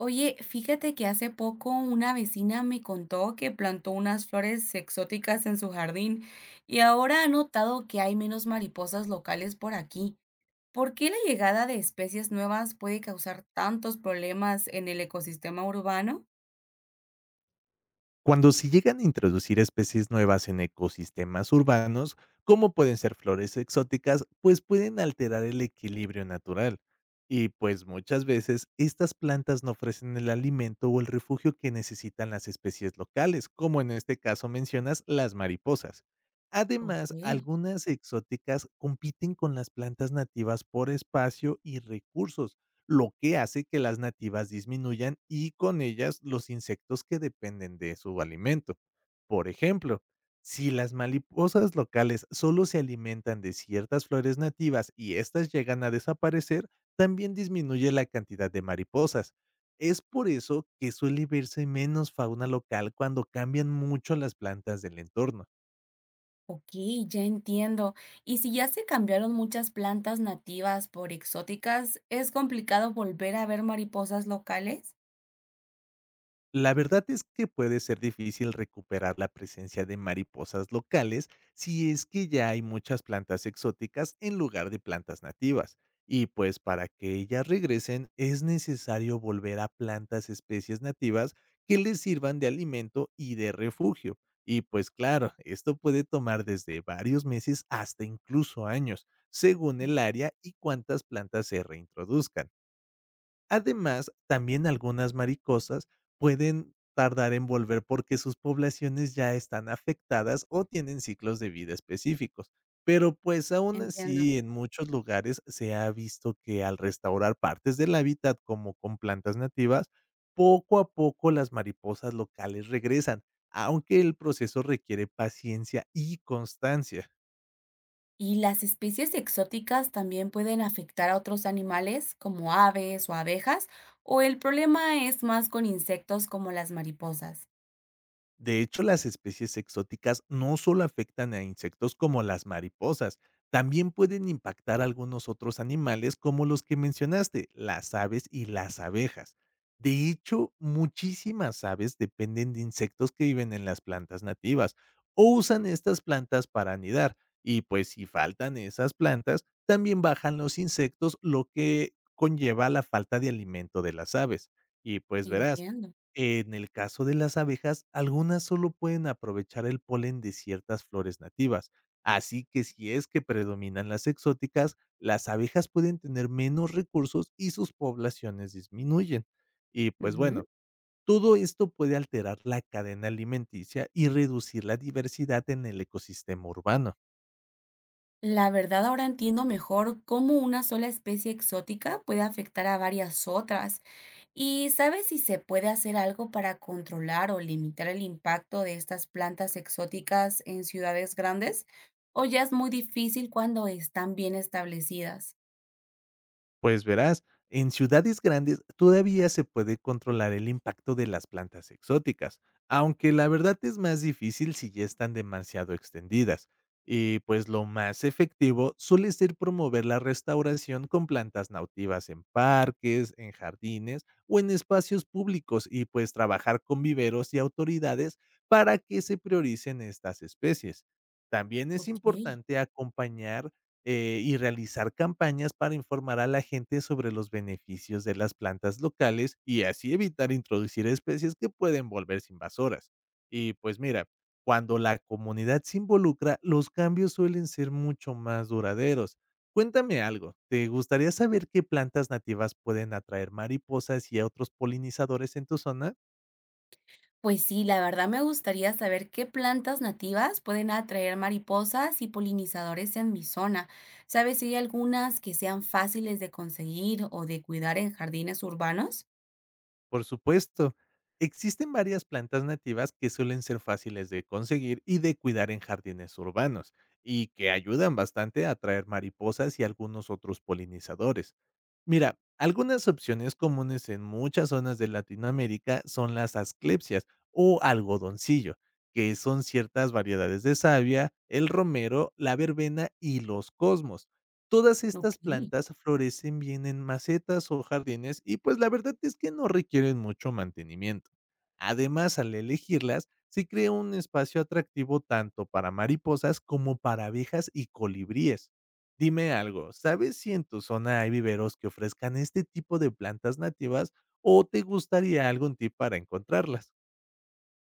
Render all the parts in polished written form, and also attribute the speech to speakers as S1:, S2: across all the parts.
S1: Oye, fíjate que hace poco una vecina me contó que plantó unas flores exóticas en su jardín y ahora ha notado que hay menos mariposas locales por aquí. ¿Por qué la llegada de especies nuevas puede causar tantos problemas en el ecosistema urbano?
S2: Cuando se llegan a introducir especies nuevas en ecosistemas urbanos, como pueden ser flores exóticas, pues pueden alterar el equilibrio natural. Y pues muchas veces estas plantas no ofrecen el alimento o el refugio que necesitan las especies locales, como en este caso mencionas las mariposas. Además,
S1: Ok,
S2: algunas exóticas compiten con las plantas nativas por espacio y recursos, lo que hace que las nativas disminuyan y con ellas los insectos que dependen de su alimento. Por ejemplo, si las mariposas locales solo se alimentan de ciertas flores nativas y éstas llegan a desaparecer, también disminuye la cantidad de mariposas. Es por eso que suele verse menos fauna local cuando cambian mucho las plantas del entorno.
S1: ok, ya entiendo. Y si ya se cambiaron muchas plantas nativas por exóticas, ¿es complicado volver a ver mariposas locales?
S2: La verdad es que puede ser difícil recuperar la presencia de mariposas locales si es que ya hay muchas plantas exóticas en lugar de plantas nativas. Y pues para que ellas regresen es necesario volver a plantas especies nativas que les sirvan de alimento y de refugio. Y pues claro, esto puede tomar desde varios meses hasta incluso años, según el área y cuántas plantas se reintroduzcan. Además, también algunas maricosas pueden tardar en volver porque sus poblaciones ya están afectadas o tienen ciclos de vida específicos. Pero pues aún
S1: Entiendo.
S2: así, en muchos lugares se ha visto que al restaurar partes del hábitat como con plantas nativas, poco a poco las mariposas locales regresan, aunque el proceso requiere paciencia y constancia.
S1: ¿Y las especies exóticas también pueden afectar a otros animales como aves o abejas? ¿O el problema es más con insectos como las mariposas?
S2: De hecho, las especies exóticas no solo afectan a insectos como las mariposas, también pueden impactar a algunos otros animales como los que mencionaste, las aves y las abejas. De hecho, muchísimas aves dependen de insectos que viven en las plantas nativas o usan estas plantas para anidar. Y pues si faltan esas plantas, también bajan los insectos, lo que conlleva la falta de alimento de las aves. Y pues verás,
S1: Entiendo.
S2: en el caso de las abejas, algunas solo pueden aprovechar el polen de ciertas flores nativas, así que si es que predominan las exóticas, las abejas pueden tener menos recursos y sus poblaciones disminuyen. Y pues
S1: Ujú.
S2: bueno, todo esto puede alterar la cadena alimenticia y reducir la diversidad en el ecosistema urbano.
S1: La verdad ahora entiendo mejor cómo una sola especie exótica puede afectar a varias otras. ¿Y sabes si se puede hacer algo para controlar o limitar el impacto de estas plantas exóticas en ciudades grandes? ¿O ya es muy difícil cuando están bien establecidas?
S2: Pues verás, en ciudades grandes todavía se puede controlar el impacto de las plantas exóticas, aunque la verdad es más difícil si ya están demasiado extendidas. Y pues lo más efectivo suele ser promover la restauración con plantas nautivas en parques, en jardines o en espacios públicos y pues trabajar con viveros y autoridades para que se prioricen estas especies. También es
S1: Ok.
S2: importante acompañar y realizar campañas para informar a la gente sobre los beneficios de las plantas locales y así evitar introducir especies que pueden volverse invasoras. Y pues mira, cuando la comunidad se involucra, los cambios suelen ser mucho más duraderos. Cuéntame algo, ¿te gustaría saber qué plantas nativas pueden atraer mariposas y a otros polinizadores en tu zona?
S1: Pues sí, la verdad me gustaría saber qué plantas nativas pueden atraer mariposas y polinizadores en mi zona. ¿Sabes si hay algunas que sean fáciles de conseguir o de cuidar en jardines urbanos?
S2: Por supuesto, existen varias plantas nativas que suelen ser fáciles de conseguir y de cuidar en jardines urbanos, y que ayudan bastante a atraer mariposas y algunos otros polinizadores. Mira, algunas opciones comunes en muchas zonas de Latinoamérica son las asclepsias o algodoncillo, que son ciertas variedades de savia, el romero, la verbena y los cosmos. Todas
S1: Ok.
S2: estas plantas florecen bien en macetas o jardines y pues la verdad es que no requieren mucho mantenimiento. Además, al elegirlas, se crea un espacio atractivo tanto para mariposas como para abejas y colibríes. Dime algo, ¿sabes si en tu zona hay viveros que ofrezcan este tipo de plantas nativas o te gustaría algún tip para encontrarlas?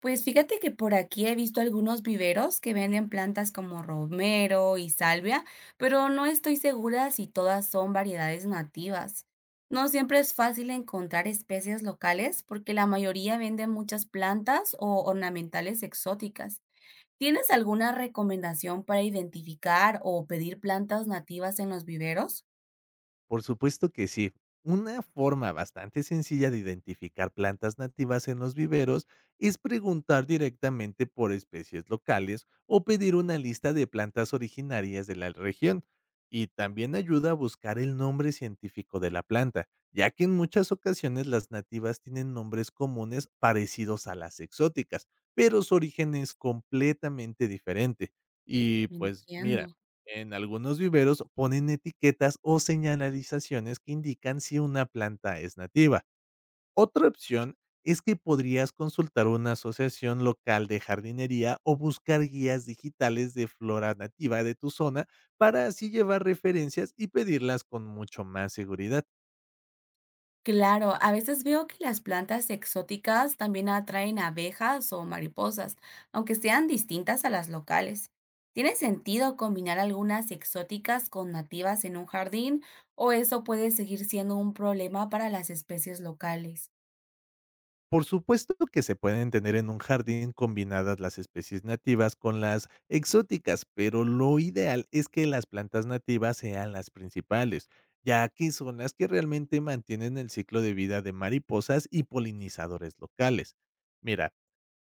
S1: Pues fíjate que por aquí he visto algunos viveros que venden plantas como romero y salvia, pero no estoy segura si todas son variedades nativas. No siempre es fácil encontrar especies locales porque la mayoría venden muchas plantas o ornamentales exóticas. ¿Tienes alguna recomendación para identificar o pedir plantas nativas en los viveros?
S2: Por supuesto que sí. Una forma bastante sencilla de identificar plantas nativas en los viveros es preguntar directamente por especies locales o pedir una lista de plantas originarias de la región. Y también ayuda a buscar el nombre científico de la planta, ya que en muchas ocasiones las nativas tienen nombres comunes parecidos a las exóticas, pero su origen es completamente diferente. Y pues
S1: Entiendo.
S2: mira, en algunos viveros ponen etiquetas o señalizaciones que indican si una planta es nativa. Otra opción es que podrías consultar una asociación local de jardinería o buscar guías digitales de flora nativa de tu zona para así llevar referencias y pedirlas con mucho más seguridad.
S1: Claro, a veces veo que las plantas exóticas también atraen abejas o mariposas, aunque sean distintas a las locales. ¿Tiene sentido combinar algunas exóticas con nativas en un jardín o eso puede seguir siendo un problema para las especies locales?
S2: Por supuesto que se pueden tener en un jardín combinadas las especies nativas con las exóticas, pero lo ideal es que las plantas nativas sean las principales, ya que son las que realmente mantienen el ciclo de vida de mariposas y polinizadores locales. Mira,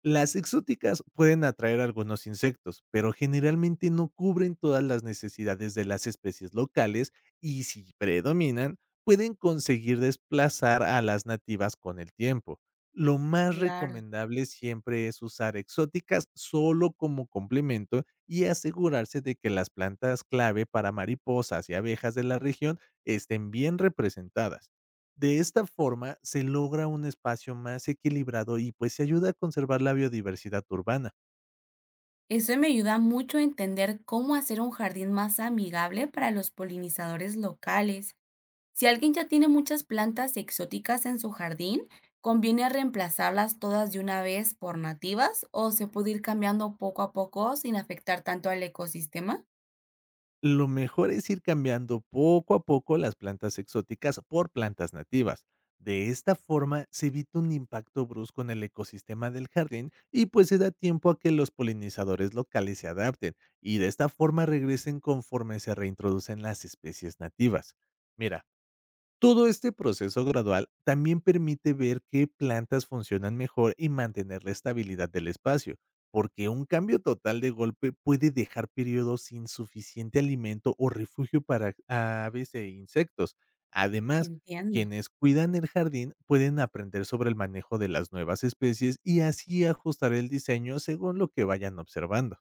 S2: las exóticas pueden atraer algunos insectos, pero generalmente no cubren todas las necesidades de las especies locales y si predominan, pueden conseguir desplazar a las nativas con el tiempo. Lo más
S1: Claro.
S2: recomendable siempre es usar exóticas solo como complemento y asegurarse de que las plantas clave para mariposas y abejas de la región estén bien representadas. De esta forma se logra un espacio más equilibrado y pues se ayuda a conservar la biodiversidad urbana.
S1: Eso me ayuda mucho a entender cómo hacer un jardín más amigable para los polinizadores locales. Si alguien ya tiene muchas plantas exóticas en su jardín, ¿conviene reemplazarlas todas de una vez por nativas o se puede ir cambiando poco a poco sin afectar tanto al ecosistema?
S2: Lo mejor es ir cambiando poco a poco las plantas exóticas por plantas nativas. De esta forma se evita un impacto brusco en el ecosistema del jardín y pues se da tiempo a que los polinizadores locales se adapten y de esta forma regresen conforme se reintroducen las especies nativas. Mira, todo este proceso gradual también permite ver qué plantas funcionan mejor y mantener la estabilidad del espacio, porque un cambio total de golpe puede dejar periodos sin suficiente alimento o refugio para aves e insectos. Además,
S1: Entiendo.
S2: quienes cuidan el jardín pueden aprender sobre el manejo de las nuevas especies y así ajustar el diseño según lo que vayan observando.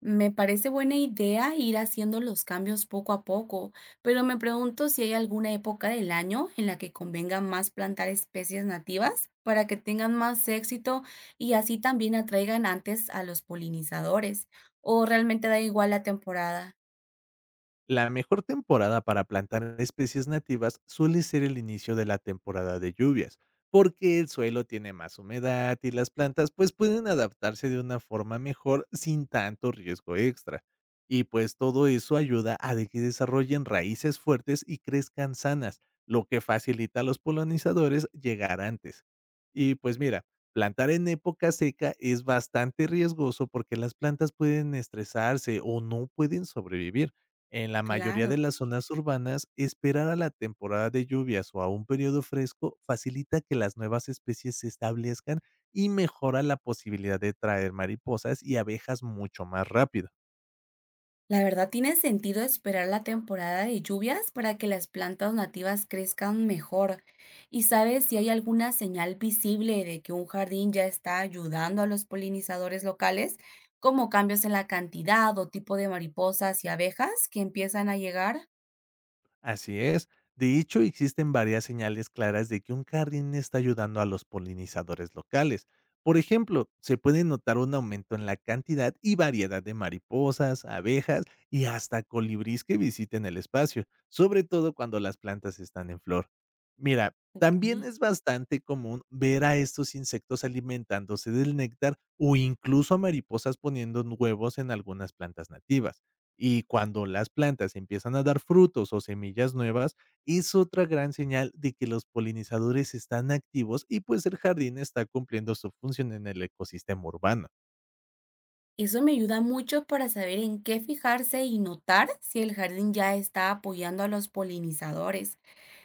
S1: Me parece buena idea ir haciendo los cambios poco a poco, pero me pregunto si hay alguna época del año en la que convenga más plantar especies nativas para que tengan más éxito y así también atraigan antes a los polinizadores, o realmente da igual la temporada.
S2: La mejor temporada para plantar especies nativas suele ser el inicio de la temporada de lluvias, porque el suelo tiene más humedad y las plantas pues pueden adaptarse de una forma mejor sin tanto riesgo extra. Y pues todo eso ayuda a de que desarrollen raíces fuertes y crezcan sanas, lo que facilita a los polinizadores llegar antes. Y pues mira, plantar en época seca es bastante riesgoso porque las plantas pueden estresarse o no pueden sobrevivir en la mayoría de
S1: Claro.
S2: las zonas urbanas, esperar a la temporada de lluvias o a un periodo fresco facilita que las nuevas especies se establezcan y mejora la posibilidad de traer mariposas y abejas mucho más rápido.
S1: La verdad tiene sentido esperar la temporada de lluvias para que las plantas nativas crezcan mejor. ¿Y sabes si hay alguna señal visible de que un jardín ya está ayudando a los polinizadores locales, como cambios en la cantidad o tipo de mariposas y abejas que empiezan a llegar?
S2: Así es. De hecho, existen varias señales claras de que un jardín está ayudando a los polinizadores locales. Por ejemplo, se puede notar un aumento en la cantidad y variedad de mariposas, abejas y hasta colibrís que visiten el espacio, sobre todo cuando las plantas están en flor. Mira, también
S1: Ok.
S2: es bastante común ver a estos insectos alimentándose del néctar o incluso a mariposas poniendo huevos en algunas plantas nativas. Y cuando las plantas empiezan a dar frutos o semillas nuevas, es otra gran señal de que los polinizadores están activos y pues el jardín está cumpliendo su función en el ecosistema urbano.
S1: Eso me ayuda mucho para saber en qué fijarse y notar si el jardín ya está apoyando a los polinizadores.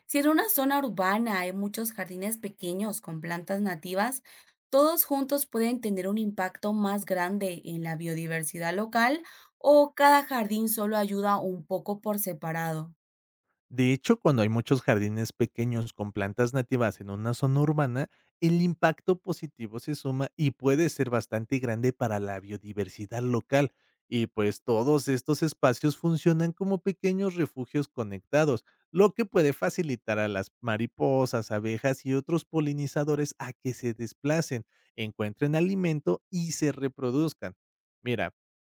S1: Si en una zona urbana hay muchos jardines pequeños con plantas nativas, ¿todos juntos pueden tener un impacto más grande en la biodiversidad local o cada jardín solo ayuda un poco por separado?
S2: De hecho, cuando hay muchos jardines pequeños con plantas nativas en una zona urbana, el impacto positivo se suma y puede ser bastante grande para la biodiversidad local. Y pues todos estos espacios funcionan como pequeños refugios conectados, lo que puede facilitar a las mariposas, abejas y otros polinizadores a que se desplacen, encuentren alimento y se reproduzcan. Mira,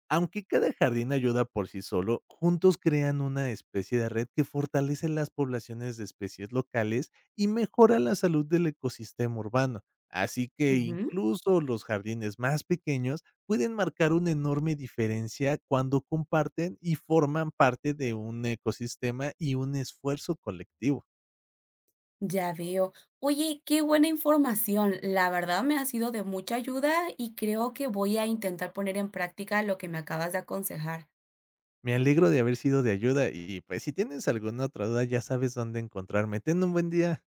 S2: aunque cada jardín ayuda por sí solo, juntos crean una especie de red que fortalece las poblaciones de especies locales y mejora la salud del ecosistema urbano. Así que
S1: Ujú,
S2: incluso los jardines más pequeños pueden marcar una enorme diferencia cuando comparten y forman parte de un ecosistema y un esfuerzo colectivo.
S1: ya veo. Oye, qué buena información. La verdad me ha sido de mucha ayuda y creo que voy a intentar poner en práctica lo que me acabas de aconsejar.
S2: Me alegro de haber sido de ayuda y pues si tienes alguna otra duda ya sabes dónde encontrarme. Ten un buen día.